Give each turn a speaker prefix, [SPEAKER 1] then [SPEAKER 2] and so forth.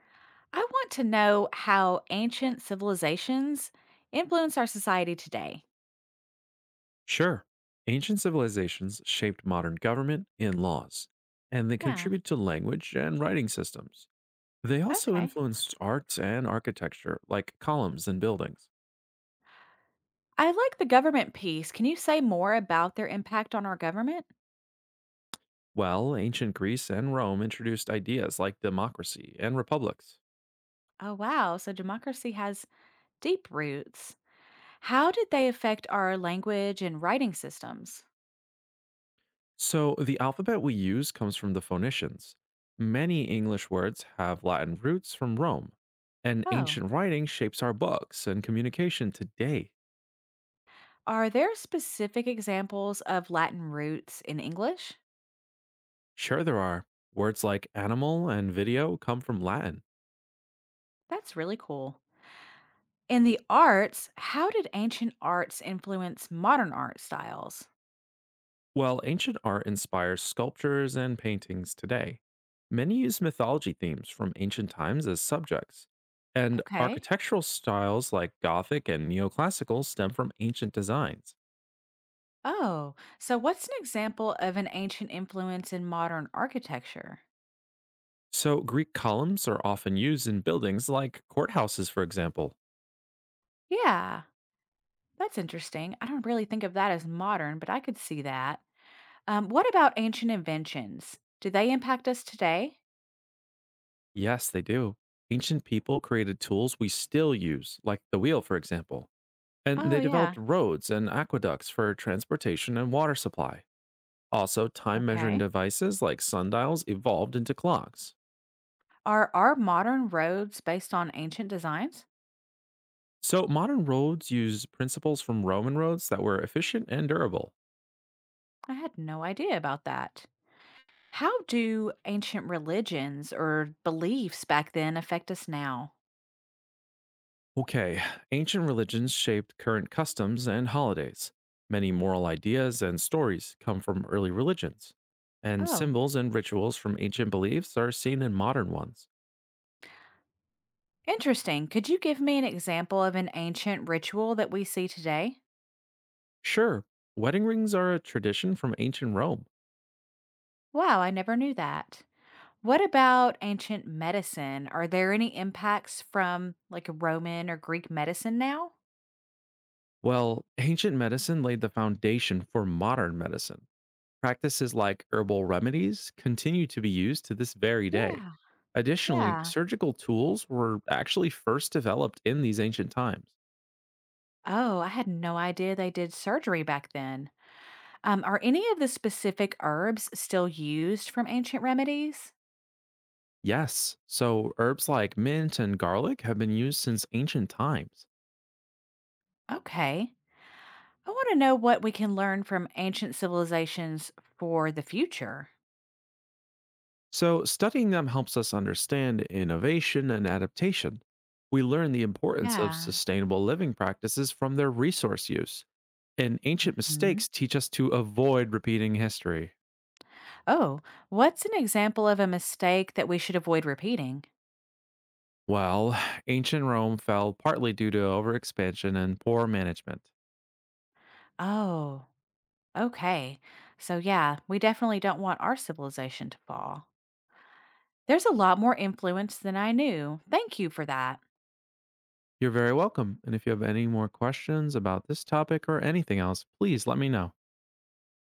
[SPEAKER 1] I want to know how ancient civilizations influence our society today.
[SPEAKER 2] Sure. Ancient civilizations shaped modern government and laws, and they
[SPEAKER 1] Yeah,
[SPEAKER 2] contribute to language and writing systems. They also
[SPEAKER 1] okay.
[SPEAKER 2] influenced art and architecture, like columns and buildings,
[SPEAKER 1] I like the government piece. Can you say more about their impact on our government?
[SPEAKER 2] while ancient Greece and Rome introduced ideas like democracy and republics.
[SPEAKER 1] Oh, wow. So democracy has deep roots. How did they affect our language and writing systems?
[SPEAKER 2] So the alphabet we use comes from the Phoenicians. Many English words have Latin roots from Rome, and
[SPEAKER 1] Oh,
[SPEAKER 2] ancient writing shapes our books and communication today.
[SPEAKER 1] are there specific examples of Latin roots in English?
[SPEAKER 2] Sure, there are. Words like animal and video come from Latin,
[SPEAKER 1] That's really cool. In the arts, how did ancient arts influence modern art styles?
[SPEAKER 2] while ancient art inspires sculptures and paintings today. Many use mythology themes from ancient times as subjects, and
[SPEAKER 1] Okay.
[SPEAKER 2] architectural styles like Gothic and neoclassical stem from ancient designs.
[SPEAKER 1] Oh, so what's an example of an ancient influence in modern architecture?
[SPEAKER 2] So, Greek columns are often used in buildings like courthouses, for example.
[SPEAKER 1] Yeah, that's interesting. I don't really think of that as modern, but I could see that. What about ancient inventions? Do they impact us today?
[SPEAKER 2] Yes, they do. Ancient people created tools we still use, like the wheel, for example, and they
[SPEAKER 1] Oh, yeah.
[SPEAKER 2] developed roads and aqueducts for transportation and water supply. Also, time measuring
[SPEAKER 1] Okay.
[SPEAKER 2] devices like sundials evolved into clocks.
[SPEAKER 1] Are our modern roads based on ancient designs?
[SPEAKER 2] So, modern roads use principles from Roman roads that were efficient and durable.
[SPEAKER 1] I had no idea about that. How do ancient religions or beliefs back then affect us now?
[SPEAKER 2] Okay, ancient religions shaped current customs and holidays. Many moral ideas and stories come from early religions, and
[SPEAKER 1] Oh.
[SPEAKER 2] symbols and rituals from ancient beliefs are seen in modern ones.
[SPEAKER 1] Interesting. Could you give me an example of an ancient ritual that we see today?
[SPEAKER 2] Sure, wedding rings are a tradition from ancient Rome.
[SPEAKER 1] Wow, I never knew that. What about ancient medicine? Are there any impacts from like Roman or Greek medicine now?
[SPEAKER 2] Well, ancient medicine laid the foundation for modern medicine. Practices like herbal remedies continue to be used to this very day.
[SPEAKER 1] Yeah,
[SPEAKER 2] Additionally,
[SPEAKER 1] yeah.
[SPEAKER 2] surgical tools were actually first developed in these ancient times.
[SPEAKER 1] Oh, I had no idea they did surgery back then. Are any of the specific herbs still used from ancient remedies?
[SPEAKER 2] Yes, so herbs like mint and garlic have been used since ancient times.
[SPEAKER 1] Okay. I want to know what we can learn from ancient civilizations for the future.
[SPEAKER 2] So, studying them helps us understand innovation and adaptation. We learn the importance of
[SPEAKER 1] Yeah.
[SPEAKER 2] sustainable living practices from their resource use. And ancient mistakes teach us to avoid repeating history.
[SPEAKER 1] Oh, what's an example of a mistake that we should avoid repeating?
[SPEAKER 2] Well, ancient Rome fell partly due to overexpansion and poor management.
[SPEAKER 1] Oh, okay. So, yeah, we definitely don't want our civilization to fall. There's a lot more influence than I knew. Thank you for that.
[SPEAKER 2] You're very welcome. And if you have any more questions about this topic or anything else, please let me know.